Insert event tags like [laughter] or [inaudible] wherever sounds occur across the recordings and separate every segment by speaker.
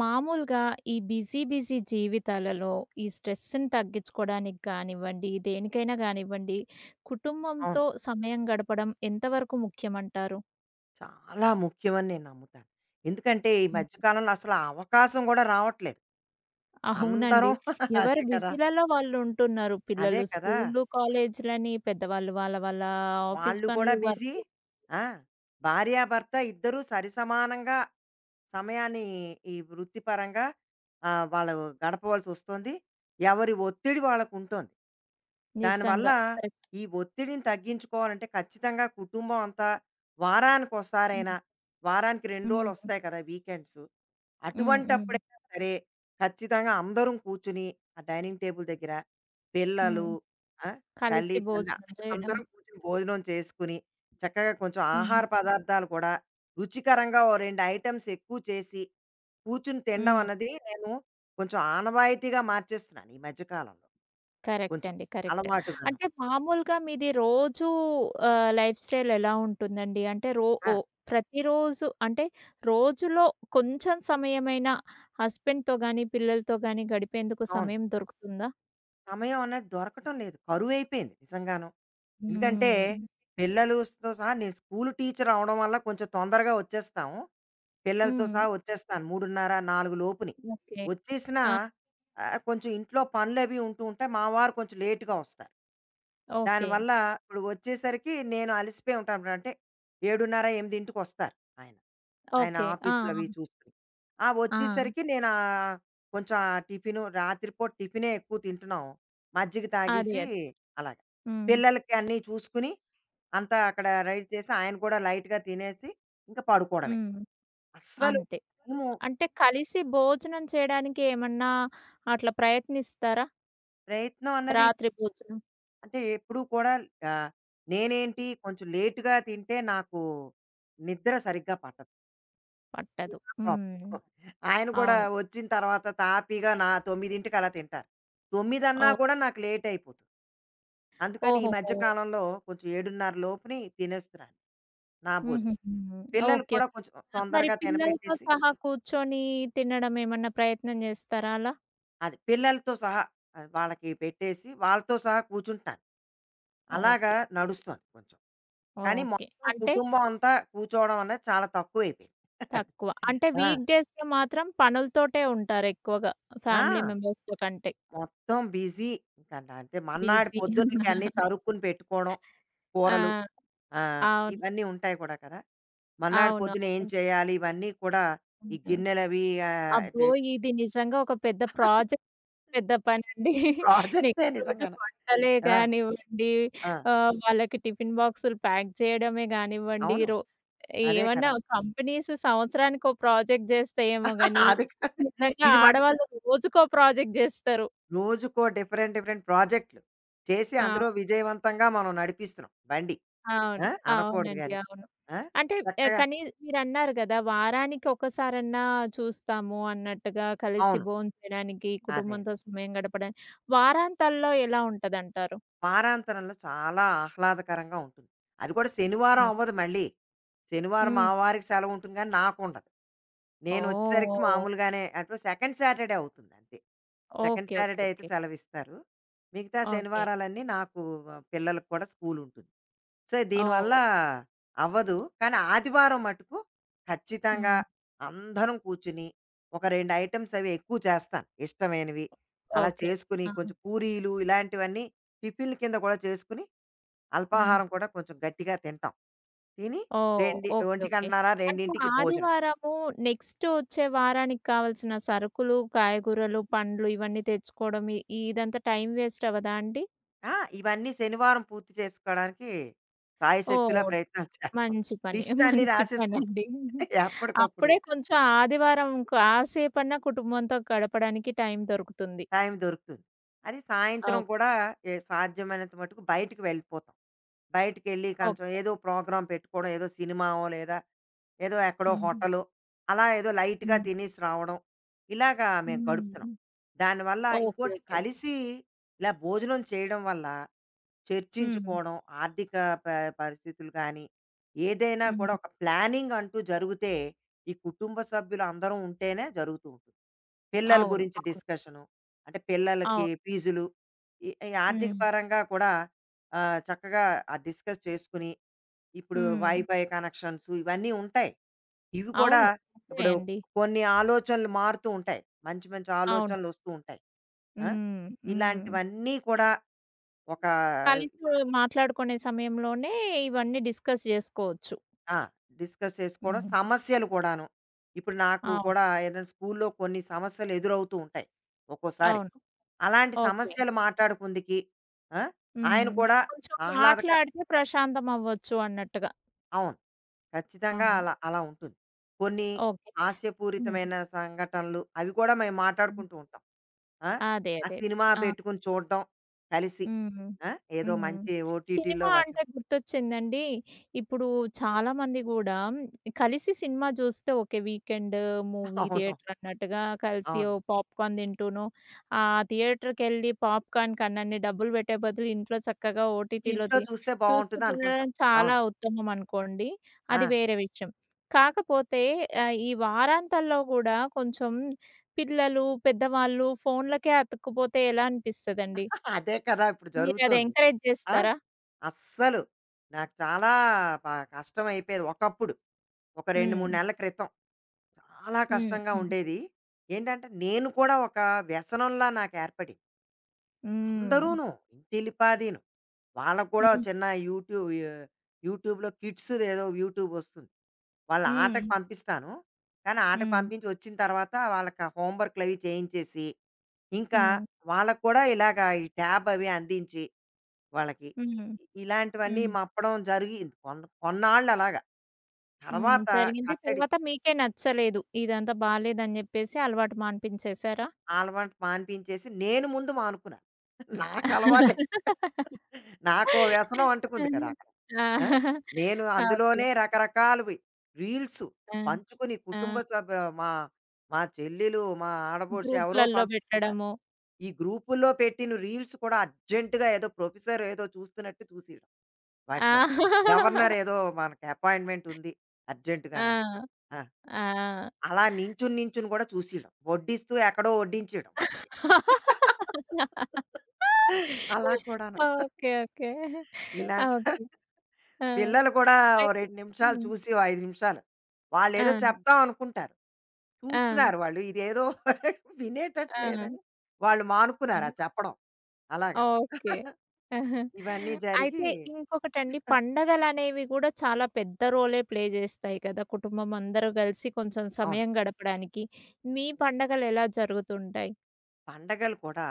Speaker 1: మామూలుగా ఈ busy busy జీవితాలలో ఈ స్ట్రెస్‌ని తగ్గించుకోవడానికి కానివ్వండి, దేనికైనా గానివ్వండి,
Speaker 2: అవును.
Speaker 1: కుటుంబంతో సమయం గడపడం ఎంతవరకు ముఖ్యమంటారు?
Speaker 2: చాలా ముఖ్యమని నేను నమ్ముతాను. ఎందుకంటే ఈ
Speaker 1: హ్మ్.
Speaker 2: మధ్య కాలంలో అసలు ఆ అవకాశం గూడా రావట్లేదు.
Speaker 1: అవునండి.
Speaker 2: అందరం [laughs]
Speaker 1: ఎవరు
Speaker 2: అదే కదా!
Speaker 1: బిజీలలో వాళ్ళుంటున్నారు.
Speaker 2: అదే
Speaker 1: పిల్లలు
Speaker 2: కదా!
Speaker 1: స్కూలు, కాలేజీలని, పెద్దవాళ్ళు వాళ్ళ వాళ్ళ ఆఫీస్
Speaker 2: వాళ్ళు కూడా
Speaker 1: పనులు,
Speaker 2: బిజీ.
Speaker 1: వర్కు.
Speaker 2: ఆ! భార్యాభర్త ఇద్దరూ సరిసమానంగా సమయాన్ని ఈ వృత్తిపరంగా వాళ్ళు గడపవలసొస్తుంది. ఎవరి ఒత్తిడి వాళ్ళకుంటోంది. దానివల్ల
Speaker 1: నిజంగా. కరెక్ట్.
Speaker 2: ఈ ఒత్తిడిని తగ్గించుకోవాలంటే ఖచ్చితంగా కుటుంబం అంతా వారానికోసారైనా,
Speaker 1: హ్మ్.
Speaker 2: వారానికి 2
Speaker 1: హ్మ్.
Speaker 2: రోజులొస్తాయి కదా! వీకెండ్సు.
Speaker 1: హ్మ్. హ్మ్.
Speaker 2: అటువంటప్పుడైనా సరే ఖచ్చితంగా అందరం కూర్చుని, ఆ డైనింగ్ టేబుల్ దగ్గర
Speaker 1: హ్మ్.
Speaker 2: పిల్లలు, ఆ! తల్లి
Speaker 1: కలిసి
Speaker 2: తండ్రి
Speaker 1: భోజనం చేయడం.
Speaker 2: అందరం కూర్చొని భోజనం చేసుకుని, చక్కగా కొంచెం
Speaker 1: హ్మ్.
Speaker 2: ఆహార పదార్థాలు కూడా రుచికరంగా ఓ 2 ఐటెమ్స్ ఎక్కువ చేసి, కూర్చుని తినడం
Speaker 1: హ్మ్.
Speaker 2: అన్నది నేను కొంచెం ఆనవాయితీగా మార్చేస్తున్నాను ఈ మధ్య కాలంలో.
Speaker 1: కరెక్ట్
Speaker 2: కొంచెం
Speaker 1: అండి. కరెక్ట్.
Speaker 2: అలవాటుగాను.
Speaker 1: అంటే మామూలుగా మీది రోజు లైఫ్ స్టైల్ ఎలా ఉంటుందండి? అంటే రో
Speaker 2: ఆ!
Speaker 1: ఓ ప్రతిరోజు అంటే రోజులో కొంచెం సమయమైనా హస్బెండ్‌తో గాని, పిల్లలతో గాని గడిపేందుకు
Speaker 2: అవును.
Speaker 1: సమయం దొరుకుతుందా?
Speaker 2: సమయం అన్నది దొరకటం లేదు. కరువైపోయింది నిజంగాను. ఎందుకంటే
Speaker 1: హ్మ్.
Speaker 2: పిల్లలుతో సహా నేను స్కూలు టీచర్ అవ్వడం వల్ల కొంచెం తొందరగా వచ్చేస్తాం. పిల్లలతో
Speaker 1: హ్మ్.
Speaker 2: సహా వచ్చేస్తాను. 3:30, 4 లోపుని.
Speaker 1: ఓకే.
Speaker 2: వచ్చేసినా
Speaker 1: ఆ!
Speaker 2: కొంచెం ఇంట్లో పనులవి ఉంటూ ఉంటాయి. మా వారు కొంచెం లేట్‌గా వస్తారు.
Speaker 1: ఓకే.
Speaker 2: దానివల్ల ఇప్పుడు వచ్చేసరికి నేను అలసిపోయి ఉంటాను. అంటే 7:30, 8:00కి వస్తారు ఆయన. ఆయన
Speaker 1: ఓకే. ఆ!
Speaker 2: ఆఫీస్‌లు
Speaker 1: ఆ!
Speaker 2: అవి చూసుకుని. ఆ!
Speaker 1: ఆ!
Speaker 2: వచ్చేసరికి నేను కొంచెం ఆ టిఫిను రాత్రిపూట టిఫినే ఎక్కువ తింటున్నాం. మజ్జిగ
Speaker 1: అది
Speaker 2: తాగేసి
Speaker 1: అది.
Speaker 2: అలాగ.
Speaker 1: హ్మ్.
Speaker 2: పిల్లలకి అన్నీ చూసుకుని, అంతా అక్కడ రెడీ చేసి, ఆయన కూడా లైట్‌గా తినేసి, ఇంక పడుకోవడమే.
Speaker 1: హ్మ్.
Speaker 2: అస్సలు
Speaker 1: అంతే.
Speaker 2: టైము
Speaker 1: అంటే కలిసి భోజనం చేయడానికి ఏమన్నా అట్లా ప్రయత్నిస్తారా?
Speaker 2: ప్రయత్నం అన్నది
Speaker 1: రాత్రి భోజనం
Speaker 2: అంటే ఎప్పుడూ కూడా ఆహ్, నేనేంటి కొంచెం లేట్‌గా తింటే నాకు నిద్ర సరిగ్గా పట్టదు.
Speaker 1: పట్టదు.
Speaker 2: పాపం.
Speaker 1: హ్మ్.
Speaker 2: ఆయన కూడా
Speaker 1: అవును.
Speaker 2: వచ్చిన తర్వాత తాపీగా నా 9కి అలా తింటారు. 9 అన్నా
Speaker 1: ఓహ్!
Speaker 2: కూడా నాకు లేట్ అయిపోతుంది. అందుకని ఈ మధ్య
Speaker 1: ఓహోహో!
Speaker 2: కాలంలో కొంచెం 7:30 లోపుని తినేస్తున్నాను. నా భోజనం.
Speaker 1: హుహుహు.
Speaker 2: పిల్లలు
Speaker 1: ఓకే.
Speaker 2: కూడా
Speaker 1: ఓకే.
Speaker 2: కొంచెం
Speaker 1: మరి
Speaker 2: తొందరగా
Speaker 1: పిల్లలతో
Speaker 2: తినపెట్టేసి
Speaker 1: సహా కూర్చొని తినడం ఏమన్నా ప్రయత్నం చేస్తారా అలా?
Speaker 2: అది పిల్లలతో సహా వాళ్ళకి పెట్టేసి వాళ్ళతో సహా కూర్చుంటాను. అలాగా
Speaker 1: ఓకే.
Speaker 2: నడుస్తోంది కొంచెం. కానీ
Speaker 1: ఓకే.
Speaker 2: మొత్తం
Speaker 1: అంటే
Speaker 2: కుటుంబం అంతా కూర్చోవడం అనేది చాలా తక్కువైపోయింది. [laughs] అది.
Speaker 1: తక్కువ. అంటే
Speaker 2: ఆ!
Speaker 1: వీక్ డేస్‌లో మాత్రం పనులతోటే ఉంటారు ఎక్కువగా ఫ్యామిలీ
Speaker 2: ఆ!
Speaker 1: మెంబర్స్‌తో కంటే.
Speaker 2: మొత్తం బిజీ. ఇంక అంటే మర్నాడు
Speaker 1: బిజీ.
Speaker 2: పొద్దున్నకి అన్నీ తరుక్కుని పెట్టుకోవడం. కూరలు
Speaker 1: ఆ!
Speaker 2: ఆ!
Speaker 1: అవును.
Speaker 2: ఇవన్నీ ఉంటాయి కూడా కదా! మర్నాడు
Speaker 1: అవును.
Speaker 2: పొద్దున ఏం
Speaker 1: అవునండి.
Speaker 2: చేయాలి? ఇవన్నీ కూడా ఈ
Speaker 1: హ్మ్.
Speaker 2: గిన్నెలవి
Speaker 1: అబ్బో!
Speaker 2: అంటే
Speaker 1: ఇది నిజంగా ఒక పెద్ద
Speaker 2: [laughs]
Speaker 1: ప్రాజెక్ట్. పెద్ద పనండి.
Speaker 2: ప్రాజెక్టే
Speaker 1: నెక్స్ట్ రోజు
Speaker 2: నిజంగాను.
Speaker 1: వంటలే
Speaker 2: ఆ!
Speaker 1: గానివ్వండి,
Speaker 2: ఆ!
Speaker 1: వాళ్ళకి టిఫిన్ బాక్సులు ప్యాక్ చేయడమే గానివ్వండి,
Speaker 2: అవును.
Speaker 1: రో
Speaker 2: అదే
Speaker 1: ఏమన్నా
Speaker 2: కదా!
Speaker 1: కంపెనీస్ సంవత్సరానికో ప్రాజెక్ట్ జేస్తాయేమో గానీ,
Speaker 2: [laughs] అది కా
Speaker 1: నిజంగా
Speaker 2: ఇది మటుకు
Speaker 1: ఆడవాళ్ళు రోజుకో ప్రాజెక్ట్ జేస్తారు.
Speaker 2: రోజుకో డిఫరెంట్, డిఫరెంట్ ప్రాజెక్ట్‌లు చేసి
Speaker 1: ఆ!
Speaker 2: అందులో విజయవంతంగా మనం నడిపిస్తున్నాం బండి.
Speaker 1: అవును.
Speaker 2: ఆ! అనకూడదు
Speaker 1: అవునండి.
Speaker 2: గాని.
Speaker 1: అవును.
Speaker 2: ఆ!
Speaker 1: అంటే
Speaker 2: చక్కగా
Speaker 1: కానీ మీరన్నారు గదా! వారానికి ఒకసారన్నా చూస్తాము అన్నట్టుగా కలిసి
Speaker 2: అవును.
Speaker 1: భోంచేయడానికి,
Speaker 2: అదే. అదే.
Speaker 1: కుటుంబంతో సమయం గడపడానికి వారాంతాల్లో ఎలా ఉంటదంటారు?
Speaker 2: వారాంతరంలో చాలా ఆహ్లాదకరంగా ఉంటుంది. అది కూడా శనివారం
Speaker 1: హ్మ్.
Speaker 2: అవ్వదు మళ్ళీ. శనివారం మా
Speaker 1: హ్మ్.
Speaker 2: వారికి సెలవుంటుంది గానీ నాకుండదు. నేనొచ్చేసరికి
Speaker 1: ఓహ్!
Speaker 2: మామూలుగానే అటు సెకండ్ సాటర్‌డే అవుతుంది అంతే. Second
Speaker 1: okay.
Speaker 2: Saturday
Speaker 1: okay.
Speaker 2: అయితే
Speaker 1: ఓకే.
Speaker 2: సెలవిస్తారు. మిగతా
Speaker 1: ఓకే.
Speaker 2: శనివారాలన్నీ నాకు పిల్లలకి కూడా స్కూలుంటుంది. సో, దీనివల్ల
Speaker 1: ఓహ్!
Speaker 2: అవ్వదు. కానీ ఆదివారం మటుకు ఖచ్చితంగా
Speaker 1: హ్మ్.
Speaker 2: అందరం కూర్చుని, ఒక 2 ఐటెమ్స్ అవి ఎక్కువ చేస్తాను ఇష్టమైనవి. అలా
Speaker 1: ఓకే.
Speaker 2: చేసుకుని
Speaker 1: ఆ!
Speaker 2: కొంచెం పూరీలు ఇలాంటివన్నీ టిఫిన్‌ల కింద కూడా చేసుకుని,
Speaker 1: హ్మ్.
Speaker 2: అల్పాహారం కూడా కొంచెం గట్టిగా తింటాం. తిని
Speaker 1: ఓహ్!
Speaker 2: రెండి
Speaker 1: ఓకే. ఓకే.
Speaker 2: 1:30,
Speaker 1: అంటే
Speaker 2: 2కి భోజనం.
Speaker 1: ఆదివారము నెక్స్ట్ వచ్చే వారానికి కావాల్సిన సరుకులు, కాయగూరలు, పండ్లు ఇవన్నీ తెచ్చుకోవడం ఇ ఇదంతా టైం వేస్ట్ అవ్వదా అండి?
Speaker 2: ఆ! ఇవన్నీ శనివారం పూర్తి చేసుకోవడానికి శాయశక్తులా
Speaker 1: ఓహ్!
Speaker 2: ప్రయత్నాలు చేస్తాం.
Speaker 1: మంచి పని.
Speaker 2: లిస్ట్
Speaker 1: [laughs]
Speaker 2: అన్నీ
Speaker 1: మంచి
Speaker 2: రాసేసుకుంటాం
Speaker 1: పనండి.
Speaker 2: ఎప్పటికప్పుడు.
Speaker 1: అప్పుడే కొంచెం ఆదివారం కాసేపన్నా కుటుంబంతో గడపడానికి టైం దొరుకుతుంది.
Speaker 2: టైం దొరుకుతుంది. అది సాయంత్రం
Speaker 1: ఓకే.
Speaker 2: కూడా ఏ సాధ్యమైనంత మటుకు బయటికి వెళ్ళిపోతాం. బయటికెళ్ళి కొంచెం
Speaker 1: ఓకే.
Speaker 2: ఏదో ప్రోగ్రామ్ పెట్టుకోవడం, ఏదో సినిమావో లేదా ఏదో ఎక్కడో
Speaker 1: హ్మ్.
Speaker 2: హోటలో అలా ఏదో లైట్‌గా
Speaker 1: హ్మ్.
Speaker 2: తినేసి రావడం. ఇలాగా మేము
Speaker 1: హ్మ్.
Speaker 2: గడుపుతున్నాం. దానివల్ల
Speaker 1: ఓకే.
Speaker 2: ఇంకోటి
Speaker 1: ఓకే. ఓకే.
Speaker 2: కలిసి ఇలా భోజనం చేయడం వల్ల
Speaker 1: హ్మ్.
Speaker 2: చర్చించుకోవడం, ఆర్థిక ప పరిస్థితులు కానీ, ఏదైనా కూడా
Speaker 1: హ్మ్.
Speaker 2: ఒక ప్లానింగ్ అంటూ జరిగితే, ఈ కుటుంబ సభ్యులందరం ఉంటేనే జరుగుతూ ఉంటుంది. పిల్లల
Speaker 1: అవును.
Speaker 2: గురించి
Speaker 1: అవును.
Speaker 2: డిస్కషను. అంటే పిల్లలకి
Speaker 1: అవును.
Speaker 2: ఫీజులు, ఈ ఈ ఆర్థిక
Speaker 1: హ్మ్.
Speaker 2: పరంగా కూడా చక్కగా డిస్కస్ చేసుకుని, ఇప్పుడు
Speaker 1: హ్మ్.
Speaker 2: వైఫై కనెక్షన్స్ ఇవన్నీ ఉంటాయి. ఇవి కూడా
Speaker 1: అవును. నిజమే
Speaker 2: ఇప్పుడు
Speaker 1: అండి.
Speaker 2: కొన్ని ఆలోచనలు మారుతూ ఉంటాయి. మంచి మంచి
Speaker 1: అవును.
Speaker 2: ఆలోచనలొస్తూ ఉంటాయి. ఆ!
Speaker 1: హ్మ్. హ్మ్.
Speaker 2: ఇలాంటివన్నీ కూడా ఒక
Speaker 1: కలిసి మాట్లాడుకునే సమయంలోనే ఇవన్నీ డిస్కస్ జేసుకోవచ్చు.
Speaker 2: ఆ! డిస్కస్ చేసుకోవడం,
Speaker 1: హ్మ్.
Speaker 2: సమస్యలు కూడాను. ఇప్పుడు నాకు
Speaker 1: అవును.
Speaker 2: కూడా ఏదైనా స్కూల్‌లో కొన్ని సమస్యలు ఎదురవుతూ ఉంటాయి ఒక్కోసారి.
Speaker 1: అవును.
Speaker 2: అలాంటి
Speaker 1: ఓకే.
Speaker 2: సమస్యలు మాట్లాడుకుందికి ఆ? ఆయన
Speaker 1: హ్మ్.
Speaker 2: కూడా
Speaker 1: కొంచెం
Speaker 2: ఆహ్లాదక
Speaker 1: మాట్లాడితే ప్రశాంతం అవ్వచ్చు అన్నట్టుగా.
Speaker 2: అవును. ఖచ్చితంగా
Speaker 1: అవును.
Speaker 2: అలా అలా ఉంటుంది. కొన్ని
Speaker 1: ఓకే. హ్మ్.
Speaker 2: హాస్యపూరితమైన సంఘటనలు అవి కూడా మేము
Speaker 1: హ్మ్.
Speaker 2: మాట్లాడుకుంటూ ఉంటాం. ఆ!
Speaker 1: అదే.
Speaker 2: ఆ
Speaker 1: అదే. అదే.
Speaker 2: సినిమా
Speaker 1: ఆ!
Speaker 2: పెట్టుకొని చూడడం కలిసి.
Speaker 1: హ్మ్.
Speaker 2: ఆ! ఏదో
Speaker 1: హ్మ్.
Speaker 2: మంచి ఓటీటీలో
Speaker 1: సినిమా
Speaker 2: వాటిలో
Speaker 1: అంటే గుర్తొచ్చిందండి. ఇప్పుడు చాలామంది గూడా కలిసి సినిమా జూస్తే ఓకే. వీకెండ్
Speaker 2: [laughs]
Speaker 1: మూవీ
Speaker 2: అవును.
Speaker 1: థియేటర్ అన్నట్టుగా కలిసి ఓ
Speaker 2: అవును.
Speaker 1: పాప్‌కార్న్ తింటూనో, ఆ థియేటర్‌కెళ్ళి పాప్‌కార్న్‌కి అన్నన్ని డబ్బులు పెట్టే బదులు ఇంట్లో చక్కగా ఓటీటీలో
Speaker 2: ఇంట్లో
Speaker 1: తి
Speaker 2: చూస్తే
Speaker 1: చూస్తూ
Speaker 2: బావుంటుంది అనుకుంటాం.
Speaker 1: తినడం చాలా
Speaker 2: అవును.
Speaker 1: ఉత్తమం అనుకోండి.
Speaker 2: ఆ!
Speaker 1: అది వేరే విషయం. కాకపోతే ఈ వారాంతాల్లో గూడా కొంచెం పిల్లలు, పెద్దవాళ్ళు ఫోన్‌లకే అతుక్కుపోతే ఎలా అనిపిస్తదండి?
Speaker 2: [laughs] అదే కదా! ఇప్పుడు
Speaker 1: మీరది
Speaker 2: జరుగుతోంది.
Speaker 1: ఎంకరేజ్
Speaker 2: ఆ!
Speaker 1: జేస్తారా?
Speaker 2: అస్సలు నాకు చాలా ప కష్టమైపోయేది ఒకప్పుడు. ఒక 2,
Speaker 1: హ్మ్.
Speaker 2: 3 నెలల క్రితం. చాలా
Speaker 1: హ్మ్.
Speaker 2: కష్టంగా
Speaker 1: హ్మ్.
Speaker 2: ఉండేది. ఏంటంటే నేను కూడా ఒక వ్యసనంలా నాకు ఏర్పడింది.
Speaker 1: హ్మ్.
Speaker 2: అందరూను ఇంటిల్లిపాదీను. వాళ్ళకి కూడా ఒక
Speaker 1: హ్మ్.
Speaker 2: చిన్న యూట్యూబ్ యూట్యూబ్‌లో కిడ్స్‌దేదో యూట్యూబ్ వస్తుంది. వాళ్ళ
Speaker 1: హ్మ్.
Speaker 2: ఆటకి పంపిస్తాను. కానీ ఆటకి
Speaker 1: హ్మ్.
Speaker 2: పంపించి వచ్చిన తర్వాత వాళ్ళకి హోమ్ వర్క్‌లవి చేయించేసి, ఇంకా
Speaker 1: హ్మ్.
Speaker 2: వాళ్ళకి కూడా ఇలాగ ఈ ట్యాబ్ అవి అందించి వాళ్ళకి,
Speaker 1: హ్మ్.
Speaker 2: ఇలాంటివన్నీ
Speaker 1: హ్మ్.
Speaker 2: మప్పడం జరిగింది. కొన్నాళ్ళు అలాగా.
Speaker 1: హ్మ్.
Speaker 2: తర్వాత
Speaker 1: జరిగింది.
Speaker 2: కట్టడి
Speaker 1: తర్వాత మీకే నచ్చలేదు. ఇదంతా బాలేదని జెప్పేసి అలవాటు మాన్పించేసారా?
Speaker 2: అలవాటు మాన్పించేసి నేను ముందు మానుకున్నాను. నాకు అలవాటే. నాకో వ్యసనం అంటుకుంది కదా! అక్కడ. ఆ!
Speaker 1: ఆహా! ఆ!
Speaker 2: నేను
Speaker 1: ఆ! ఓకే.
Speaker 2: అందులోనే రకరకాలవి రీల్సు
Speaker 1: ఆ!
Speaker 2: పంచుకుని
Speaker 1: ఆ!
Speaker 2: కుటుంబ సభ్య మా మా చెల్లెలు, మా ఆడపడుచు ఎవరో
Speaker 1: గ్రూప్‌లల్లో
Speaker 2: పంపిస్తుంటారు.
Speaker 1: బెట్టడము.
Speaker 2: ఈ గ్రూపుల్లో పెట్టిన రీల్స్ కూడా అర్జెంట్‌గా ఏదో ప్రొఫెసర్ ఏదో చూస్తున్నట్టు చూసేయడం
Speaker 1: ఆ!
Speaker 2: వాటిలోని. గవర్నర్ ఏదో మనకి అపాయింట్మెంట్ ఉంది అర్జెంట్‌గానని.
Speaker 1: ఆ!
Speaker 2: ఆ!
Speaker 1: ఆ!
Speaker 2: అలా నించుని, నించుని కూడా చూసియడం. వడ్డిస్తూ ఎక్కడో వడ్డించీయడం వాళ్ళకి. అలా కూడాను.
Speaker 1: ఓకే. ఓకే. ఆ!
Speaker 2: ఇలాంటి
Speaker 1: ఓకే. ఆ!
Speaker 2: పిల్లలు కూడా ఓ
Speaker 1: అయితే
Speaker 2: 2 నిమిషాలు
Speaker 1: హ్మ్.
Speaker 2: చూసి, ఓ 5 నిమిషాలు.
Speaker 1: ఆ!
Speaker 2: వాళ్ళేదో చెప్దాం అనుకుంటారు.
Speaker 1: ఆ!
Speaker 2: చూస్తున్నారు వాళ్ళు. ఇదేదో [laughs] వినేటట్టు
Speaker 1: ఆ!
Speaker 2: లేదని వాళ్ళు
Speaker 1: ఆ!
Speaker 2: మానుకున్నారు ఆ చెప్పడం. అలాగా.
Speaker 1: ఓకే.
Speaker 2: [laughs]
Speaker 1: ఆహా!
Speaker 2: ఇవన్నీ జరిగి
Speaker 1: అయితే ఇంకొకటండి పండగలనేవి గూడా చాలా పెద్ద రోలే ప్లే జేస్తాయి కదా! కుటుంబం అందరూ గలిసి కొంచెం
Speaker 2: అవును.
Speaker 1: సమయం గడపడానికి. మీ పండగలెలా జరుగుతుంటాయి?
Speaker 2: పండగలు కూడా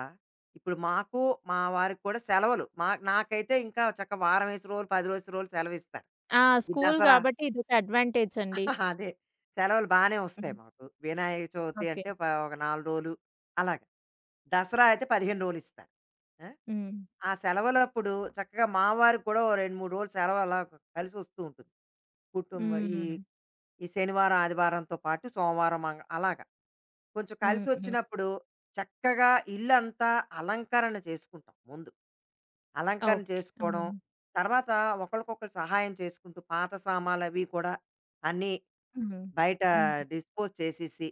Speaker 2: ఇప్పుడు మాకు, మా వారికి కూడా సెలవులు. మా నాకైతే ఇంకా చక్క వారం వేసి రోజులు, 10 రోజుల రోజులు సెలవిస్తారు.
Speaker 1: ఆ!
Speaker 2: ఈ
Speaker 1: స్కూల్
Speaker 2: దసరా
Speaker 1: గాబట్టి ఇదొక అడ్వాంటేజ్ అండి.
Speaker 2: [laughs] అదే. సెలవులు బానే వస్తాయి
Speaker 1: హ్మ్.
Speaker 2: మాకు. వినాయక చవితి
Speaker 1: ఓకే.
Speaker 2: అంటే ఒక 4 రోజులు అలాగా. దసరా అయితే 15 రోజులు ఇస్తారు. ఆ!
Speaker 1: హ్మ్.
Speaker 2: ఆ సెలవులప్పుడు చక్కగా మా వారికి కూడా ఓ 2, 3 రోజులు సెలవు అలా కలిసొస్తూ ఉంటుంది. కుటుంబ
Speaker 1: హ్మ్.
Speaker 2: ఈ
Speaker 1: హ్మ్.
Speaker 2: ఈ శనివారం, ఆదివారంతో పాటు సోమవారం అలాగా. కొంచెం
Speaker 1: హ్మ్.
Speaker 2: కలిసొచ్చినప్పుడు చక్కగా ఇల్లంతా అలంకరణ చేసుకుంటాం ముందు. అలంకరణ
Speaker 1: ఓకే. ఆ!
Speaker 2: చేసుకోవడం, తర్వాత ఒకళ్ళకొకళ్ళు సహాయం చేసుకుంటూ పాత సామాలవి కూడా అన్నీ
Speaker 1: హ్మ్.
Speaker 2: బయట
Speaker 1: హ్మ్.
Speaker 2: డిస్పోజ్ చేసేసి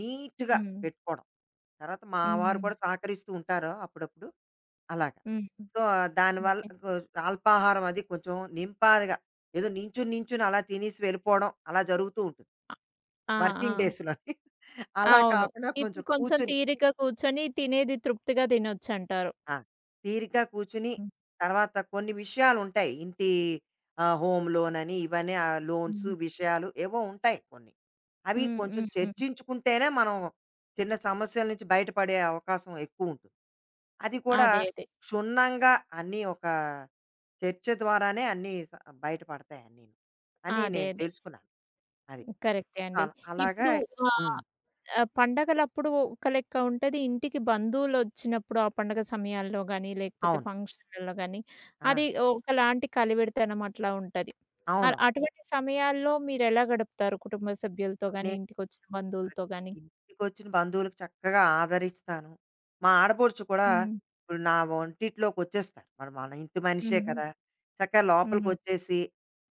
Speaker 2: నీట్‌గా
Speaker 1: హ్మ్.
Speaker 2: పెట్టుకోవడం. తర్వాత మా వారు
Speaker 1: హ్మ్.
Speaker 2: కూడా సహకరిస్తూ ఉంటారు అప్పుడప్పుడు. అలాగా.
Speaker 1: హ్మ్.
Speaker 2: సో, దానివల్ల
Speaker 1: ఓకే.
Speaker 2: అల్పాహారం అది కొంచెం నింపాదిగా ఏదో నించుని, నించుని అలా తినేసి వెళ్ళిపోవడం అలా జరుగుతూ ఉంటుంది.
Speaker 1: ఆ! ఆ!
Speaker 2: వర్కింగ్ డేస్‌లోని. [laughs] అలా
Speaker 1: అవును.
Speaker 2: కాకుండా కొంచెం
Speaker 1: ఇప్పుడు కొంచెం
Speaker 2: కూర్చొని
Speaker 1: తీరిగ్గా కూర్చొని తినేది తృప్తిగా తినొచ్చంటారు.
Speaker 2: ఆ! తీరిక కూర్చుని
Speaker 1: హ్మ్.
Speaker 2: తర్వాత కొన్ని విషయాలుంటాయి. ఇంటి హోమ్ లోనని ఇవన్నీ ఆ లోన్స్
Speaker 1: హ్మ్.
Speaker 2: విషయాలు ఏవో ఉంటాయి కొన్ని. అవి
Speaker 1: హ్మ్.
Speaker 2: కొంచెం
Speaker 1: హ్మ్. హ్మ్.
Speaker 2: చర్చించుకుంటేనే మనం చిన్న సమస్యల నుంచి బయటపడే అవకాశం ఎక్కువుంటుంది. అది కూడా
Speaker 1: అదే అదే.
Speaker 2: క్షుణ్ణంగా అన్నీ ఒక చర్చ ద్వారానే అన్నీ బయటపడతాయి అన్నీను. అని
Speaker 1: అదే
Speaker 2: నేను
Speaker 1: అదే.
Speaker 2: తెలుసుకున్నాను. అది.
Speaker 1: కరెక్టే అండి.
Speaker 2: అలాగా
Speaker 1: ఇప్పుడు ఆహ్
Speaker 2: హ్మ్.
Speaker 1: ఆహ్, పండగలప్పుడు ఒక లెక్క ఉంటది. ఇంటికి బంధువులొచ్చినప్పుడు ఆ పండగ సమయాల్లో గానీ, లేకపోతే
Speaker 2: అవును.
Speaker 1: ఫంక్షన్‌లలో గానీ,
Speaker 2: ఆ!
Speaker 1: అది ఒకలాంటి కలివిడితనం అట్లా ఉంటది. అ
Speaker 2: అవును.
Speaker 1: అటువంటి సమయాల్లో మీరెలా గడుపుతారు? కుటుంబ సభ్యులతో గానీ,
Speaker 2: నే
Speaker 1: ఇంటికొచ్చిన
Speaker 2: అది.
Speaker 1: బంధువులతో గానీ?
Speaker 2: ఇంటికొచ్చిన బంధువులకు చక్కగా ఆదరిస్తాను. మా ఆడపడుచు కూడా
Speaker 1: హ్మ్.
Speaker 2: ఇప్పుడు నా వంటిట్లోకొచ్చేస్తారు. మరి మన ఇంటి మనిషే
Speaker 1: హ్మ్.
Speaker 2: కదా! చక్కగా
Speaker 1: హ్మ్.
Speaker 2: లోపలికొచ్చేసి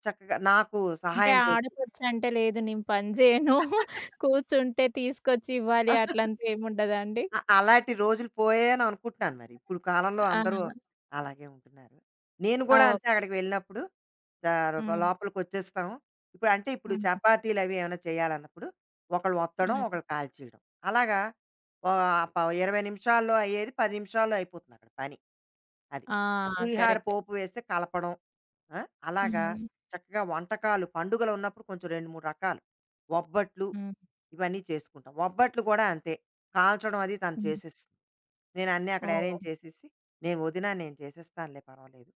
Speaker 2: చక్కగా నాకు
Speaker 1: అంటే
Speaker 2: సహాయం చేస్తూ
Speaker 1: ఆడపడుచు అంటే లేదు నేను పని జేయను. [laughs]
Speaker 2: [laughs]
Speaker 1: కూర్చుంటే తీసుకొచ్చి ఇవ్వాలి అట్లంతా ఏముండదా అండి?
Speaker 2: అలాంటి రోజులు పోయాయని అనుకుంటున్నాను మరి. ఇప్పుడు కాలంలో
Speaker 1: ఆ!
Speaker 2: అందరూ అలాగే ఉంటున్నారు. నేను
Speaker 1: ఆ,
Speaker 2: కూడా అంతే
Speaker 1: ఓకే.
Speaker 2: అక్కడికి వెళ్ళినప్పుడు
Speaker 1: హ్మ్.
Speaker 2: లోపలికొచ్చేస్తాం. ఇప్పుడు అంటే ఇప్పుడు
Speaker 1: హ్మ్.
Speaker 2: చపాతీలు అవి ఏమైనా చేయాలన్నప్పుడు ఒకళ్ళు ఒత్తడం
Speaker 1: హ్మ్.
Speaker 2: ఒకళ్ళు కాల్చేయడం అలాగా ఓ ఇరవై నిమిషాల్లో అయ్యేది పది నిమిషాల్లో అయిపోతుంది అక్కడ పని అది
Speaker 1: ఆ!
Speaker 2: పులిహార
Speaker 1: కరెక్ట్.
Speaker 2: పోపు వేస్తే కలపడం ఆ, అలాగా
Speaker 1: హ్మ్.
Speaker 2: చక్కగా వంటకాలు పండుగలు ఉన్నప్పుడు కొంచెం రెండు మూడు రకాలు ఒబ్బట్లు
Speaker 1: హ్మ్.
Speaker 2: ఇవన్నీ చేసుకుంటాం ఒబ్బట్లు కూడా అంతే కాల్చడం అది తను
Speaker 1: హ్మ్.
Speaker 2: చేసేస్తుంది నేను అన్నీ అక్కడ
Speaker 1: ఓహ్!
Speaker 2: అరేంజ్ చేసేసి నేను వదినా నేను చేసేస్తానులే పర్వాలేదు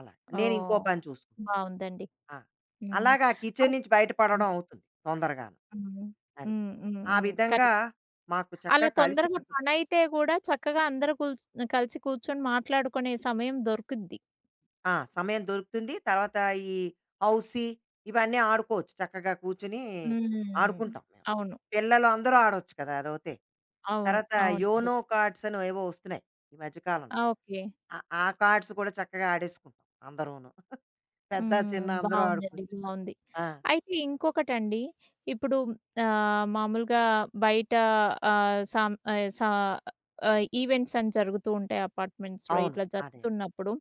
Speaker 2: అలా నేను ఇంకో
Speaker 1: ఓహ్!
Speaker 2: పని చూసుకుంటాను
Speaker 1: బావుందండి.
Speaker 2: ఆ!
Speaker 1: హ్మ్.
Speaker 2: అలాగా కిచెన్
Speaker 1: అన్
Speaker 2: నుంచి
Speaker 1: హ్మ్.
Speaker 2: బయటపడడం అవుతుంది తొందరగాను.
Speaker 1: హ్మ్.
Speaker 2: అది.
Speaker 1: హ్మ్. హ్మ్.
Speaker 2: ఆ
Speaker 1: హ్మ్.
Speaker 2: విధంగా
Speaker 1: కరెక్ట్.
Speaker 2: మాకు
Speaker 1: అలా
Speaker 2: చక్కగా
Speaker 1: తొందరగా
Speaker 2: కలిసికట్టుగా
Speaker 1: పనైతే గూడా చక్కగా అందరూ కూల్చ్ కలిసి కూర్చొని మాట్లాడుకునే సమయం దొరుకుద్ది.
Speaker 2: ఆ! సమయం దొరుకుతుంది. తర్వాత ఈ హౌసీ ఇవన్నీ ఆడుకోవచ్చు. చక్కగా కూర్చొని
Speaker 1: హ్మ్.
Speaker 2: ఆడుకుంటాం మేము.
Speaker 1: అవును.
Speaker 2: పిల్లలు అందరూ ఆడొచ్చు కదా! అదొకటి.
Speaker 1: అవును.
Speaker 2: తర్వాత
Speaker 1: అవునండి.
Speaker 2: యోనో కార్డ్స్ అనో ఏవో వస్తున్నాయి ఈ మధ్య కాలంలో.
Speaker 1: ఆ! ఓకే.
Speaker 2: ఆ ఆ కార్డ్స్ కూడా చక్కగా ఆడేసుకుంటాం అందరూను. పెద్ద,
Speaker 1: హ్మ్.
Speaker 2: చిన్న అందరూ
Speaker 1: బావుందండి.
Speaker 2: ఆడుకోవచ్చు.
Speaker 1: బావుంది.
Speaker 2: ఆ!
Speaker 1: అయితే ఇంకొకటండి. ఇప్పుడు మామూలుగా బయట ఆహ్, సం ఆహ్, స ఈవెంట్స్ అని జరుగుతూ ఉంటాయి అపార్ట్మెంట్స్‌లో.
Speaker 2: అవును.
Speaker 1: ఇట్లా
Speaker 2: అదే. అదే.
Speaker 1: జరుగుతున్నప్పుడు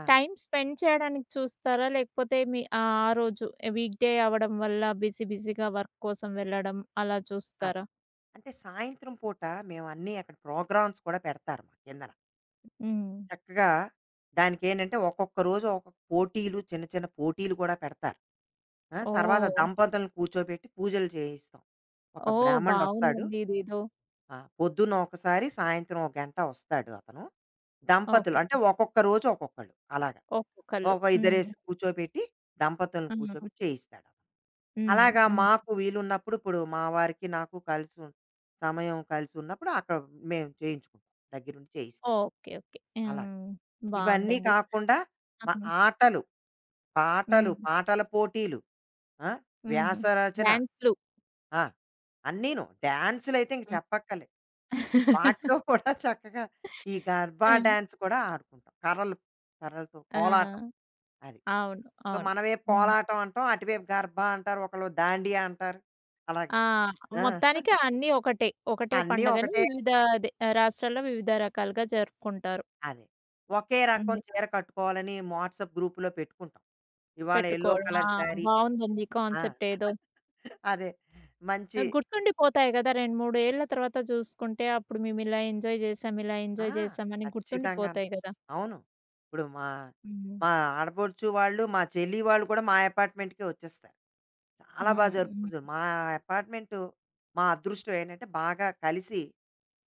Speaker 2: ఆ!
Speaker 1: టైమ్ స్పెండ్ చేయడానికి చూస్తారా? లేకపోతే మీ ఆహ్, ఆ రోజు వీక్‌డే అవ్వడం వల్ల బిజీ బిజీగా వర్క్ కోసం వెళ్ళడం అలా
Speaker 2: అదే.
Speaker 1: చూస్తారా?
Speaker 2: అంటే సాయంత్రం పూట మేము అన్నీ అక్కడ ప్రోగ్రామ్స్ కూడా పెడతారు మా కిందన.
Speaker 1: హ్మ్.
Speaker 2: చక్కగా దానికేంటంటే ఒక్కొక్క రోజు ఒక్కొక్క పోటీలు చిన్న చిన్న పోటీలు కూడా పెడతారు. ఆ! తర్వాత
Speaker 1: ఓహ్!
Speaker 2: దంపతులను కూర్చోబెట్టి పూజలు చేయిస్తాం. ఒక
Speaker 1: ఓహ్!
Speaker 2: బ్రాహ్మణుడొస్తాడు.
Speaker 1: బావుందండి ఇదేదో.
Speaker 2: ఆ! పొద్దున్న ఒకసారి, సాయంత్రం ఒక గంట వస్తాడు అతను. దంపతులు
Speaker 1: ఓకే.
Speaker 2: అంటే ఒక్కొక్క రోజు ఒక్కొక్కళ్ళు అలాగా.
Speaker 1: ఒక్కొక్కళ్ళు.
Speaker 2: ఒక
Speaker 1: హ్మ్.
Speaker 2: ఇద్దరేసి కూర్చోబెట్టి, దంపతులను
Speaker 1: హ్మ్.
Speaker 2: కూర్చోబెట్టి చేయిస్తాడతను.
Speaker 1: హ్మ్.
Speaker 2: అలాగా
Speaker 1: హ్మ్.
Speaker 2: మాకు వీలున్నప్పుడు ఇప్పుడు మా వారికి, నాకు కలిసి సమయం కలిసున్నప్పుడు అక్కడ మేము చేయించుకుంటాం. దగ్గరుండి చేయిస్తాడు.
Speaker 1: ఓకే. ఓకే.
Speaker 2: అలా.
Speaker 1: హ్మ్.
Speaker 2: ఇవన్నీ
Speaker 1: బావుందండి.
Speaker 2: కాకుండా మ
Speaker 1: ఆహా!
Speaker 2: ఆటలు, పాటలు,
Speaker 1: హ్మ్.
Speaker 2: పాటల పోటీలు, ఆ!
Speaker 1: హ్మ్.
Speaker 2: వ్యాస రచన
Speaker 1: డాన్స్‌లు.
Speaker 2: ఆ! అన్నీను. డాన్సులయితే ఇంక
Speaker 1: హ్మ్.
Speaker 2: చెప్పక్కర్లేదు. వాటిలో
Speaker 1: [laughs]
Speaker 2: కూడా చక్కగా ఈ గర్బా డాన్స్ కూడా ఆడుకుంటాం. కర్రలు కర్రలతో
Speaker 1: ఆ!
Speaker 2: కోలాటం అది.
Speaker 1: అవును.
Speaker 2: సో,
Speaker 1: అవును.
Speaker 2: మనవైపు
Speaker 1: హ్మ్.
Speaker 2: కోలాటం అంటాం. అటువైపు గర్భా అంటారు. ఒకళ్ళు దాండియా అంటారు. అలాగా.
Speaker 1: ఆ!
Speaker 2: ఆ!
Speaker 1: మొత్తానికి అన్నీ ఒకటే. ఒకటే
Speaker 2: అన్నీ
Speaker 1: పండగని
Speaker 2: ఒకటే
Speaker 1: వివిధ అదే రాష్ట్రాల్లో వివిధ రకాలుగా జరుపుకుంటారు.
Speaker 2: అదే. ఒకే రకం
Speaker 1: హ్మ్.
Speaker 2: చీర కట్టుకోవాలని వాట్సాప్ గ్రూప్‌లో పెట్టుకుంటాం. ఇవాళ యెల్లో
Speaker 1: పెట్టుకోవడం. ఆ!
Speaker 2: కలర్ శారీ
Speaker 1: బావుందండి ఈ
Speaker 2: ఆ!
Speaker 1: కాన్సెప్ట్ ఏదో.
Speaker 2: [laughs] అదే. మంచి
Speaker 1: ఆహ్, గుర్తుండిపోతాయి కదా! 2, 3 ఏళ్ల తర్వాత చూసుకుంటే అప్పుడు మేము ఇలా ఎంజాయ్ చేసాం, ఇలా
Speaker 2: ఆ!
Speaker 1: ఎంజాయ్ చేసాం అని
Speaker 2: ఖచ్చితంగాను.
Speaker 1: గుర్తుండిపోతాయి కదా!
Speaker 2: అవును. ఇప్పుడు మా
Speaker 1: హ్మ్.
Speaker 2: మా ఆడపడుచు వాళ్ళు, మా చెల్లి వాళ్ళు కూడా మా అపార్ట్మెంట్‌కే వచ్చేస్తారు. చాలా బా
Speaker 1: హ్మ్. హ్మ్.
Speaker 2: జరుపుకుంటాం. మా అపార్ట్మెంటు మా అదృష్టం ఏంటంటే బాగా కలిసి,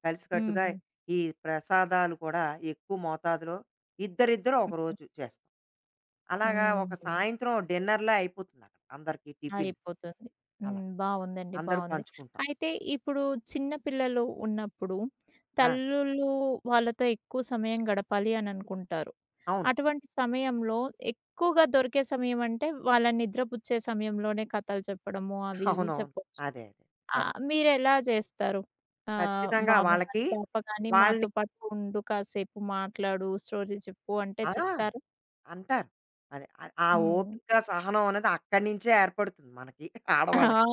Speaker 2: కలిసికట్టుగా
Speaker 1: హ్మ్.
Speaker 2: ఈ ప్రసాదాలు కూడా ఎక్కువ మోతాదులో ఇద్దరిద్దరు
Speaker 1: హ్మ్.
Speaker 2: ఒకరోజు చేస్తాం. అలాగా ఒక
Speaker 1: హ్మ్.
Speaker 2: సాయంత్రం డిన్నర్‌లా అయిపోతుందక్కడ అందరికీ టిఫిన్
Speaker 1: అయిపోతుంది.
Speaker 2: అలా.
Speaker 1: హ్మ్. బావుందండి.
Speaker 2: అందరూ
Speaker 1: బావుంది.
Speaker 2: పంచుకుంటాం.
Speaker 1: అయితే ఇప్పుడు చిన్న పిల్లలు ఉన్నప్పుడు
Speaker 2: ఆ!
Speaker 1: తల్లులు వాళ్ళతో ఎక్కువ సమయం గడపాలి అని అనుకుంటారు.
Speaker 2: అవును.
Speaker 1: అటువంటి సమయంలో ఎక్కువగా దొరికే సమయం అంటే వాళ్ళని నిద్రపుచ్చే సమయంలోనే కథలు చెప్పడము
Speaker 2: [laughs]
Speaker 1: అవి ఇవి
Speaker 2: అవునవును.
Speaker 1: చెప్పొచ్చు.
Speaker 2: అదే. అదే.
Speaker 1: ఆహ్,
Speaker 2: కరెక్ట్.
Speaker 1: మీరెలా చేస్తారు? ఆహ్,
Speaker 2: ఖచ్చితంగా
Speaker 1: బాబు
Speaker 2: వాళ్ళకి
Speaker 1: గాని, పాప గాని
Speaker 2: వాళ్ళని
Speaker 1: మాతో పాటు ఉండు కాసేపు మాట్లాడు, స్టోరీ చెప్పు అంటే
Speaker 2: ఆ!
Speaker 1: చెప్తారా?
Speaker 2: అంటారు. మరి ఆ
Speaker 1: హ్మ్.
Speaker 2: ఓపిక, సహనం అనేది అక్కడి నుంచే ఏర్పడుతుంది మనకి
Speaker 1: ఆ!
Speaker 2: ఆడవాళ్ళకి.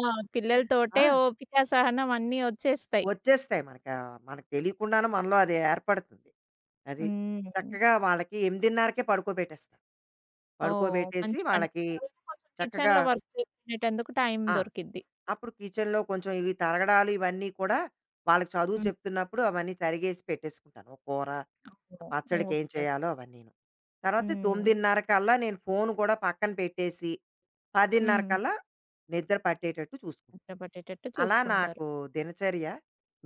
Speaker 2: ఆ!
Speaker 1: పిల్లలతోటే ఓపిక, సహనం అన్నీ వచ్చేస్తాయి.
Speaker 2: వచ్చేస్తాయి మనకి మనకు తెలియకుండానే మనలో అది ఏర్పడుతుంది. అది.
Speaker 1: హ్మ్.
Speaker 2: చక్కగా వాళ్ళకి 8:30కే పడుకోబెట్టేస్తాను.
Speaker 1: ఓహ్!
Speaker 2: పడుకోబెట్టేసి
Speaker 1: మంచి పని.
Speaker 2: వాళ్ళకి
Speaker 1: తర్వాత కొంచెం
Speaker 2: చక్కగా
Speaker 1: కిచెన్‌లో వర్క్ చేసుకునేటందుకు టైం
Speaker 2: ఆ!
Speaker 1: దొరికిద్ది.
Speaker 2: అప్పుడు కిచెన్‌లో కొంచెం ఇవి తరగడాలు ఇవన్నీ కూడా వాళ్ళకి చదువు
Speaker 1: హ్మ్.
Speaker 2: చెప్తున్నప్పుడు అవన్నీ తరిగేసి పెట్టేసుకుంటాను. ఓ కూర, ఆ
Speaker 1: ఓహ్!
Speaker 2: పచ్చడికి ఏం
Speaker 1: ఓకే. ఓకే.
Speaker 2: చేయాలో అవన్నీను. తర్వాత
Speaker 1: హ్మ్.
Speaker 2: 9:30 కల్లా నేను ఫోను కూడా పక్కన పెట్టేసి 10:30
Speaker 1: హ్మ్.
Speaker 2: కల్లా నిద్ర పట్టేటట్టు చూసుకుంటాను.
Speaker 1: నిద్ర పట్టేటట్టు
Speaker 2: అలా
Speaker 1: చూసుకుంటారు.
Speaker 2: నాకు దినచర్య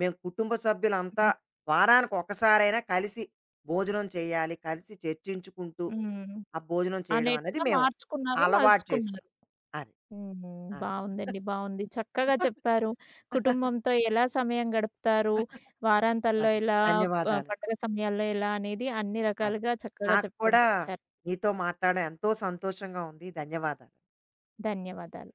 Speaker 2: మేము కుటుంబ సభ్యులంతా
Speaker 1: హ్మ్.
Speaker 2: వారానికి ఒక్కసారైనా కలిసి భోజనం చేయాలి. కలిసి చర్చించుకుంటూ
Speaker 1: హ్మ్.
Speaker 2: ఆ భోజనం
Speaker 1: ఆ
Speaker 2: చేయడం అనేది
Speaker 1: నెట్‌గా
Speaker 2: మేము
Speaker 1: మార్చుకున్నారు,
Speaker 2: అలవాటు చేసుకున్నాం.
Speaker 1: మలుచుకున్నారు.
Speaker 2: అది.
Speaker 1: హ్మ్.
Speaker 2: ఆ!
Speaker 1: బావుందండి. బావుంది. చక్కగా
Speaker 2: [laughs]
Speaker 1: చెప్పారు. కుటుంబంతో ఎలా సమయం గడుపుతారు, వారాంతాల్లో
Speaker 2: అదే.
Speaker 1: ఎలా, ఆహ్,
Speaker 2: ధన్యవాదాలు.
Speaker 1: పండగ సమయాల్లో ఎలా అనేది అన్ని
Speaker 2: అది.
Speaker 1: రకాలుగా చక్కగా
Speaker 2: నాకు కూడా
Speaker 1: చెప్పుకుంటూ వచ్చారు.
Speaker 2: నీతో మాట్లాడడం ఎంతో సంతోషంగా ఉంది. ధన్యవాదాలు.
Speaker 1: ధన్యవాదాలు.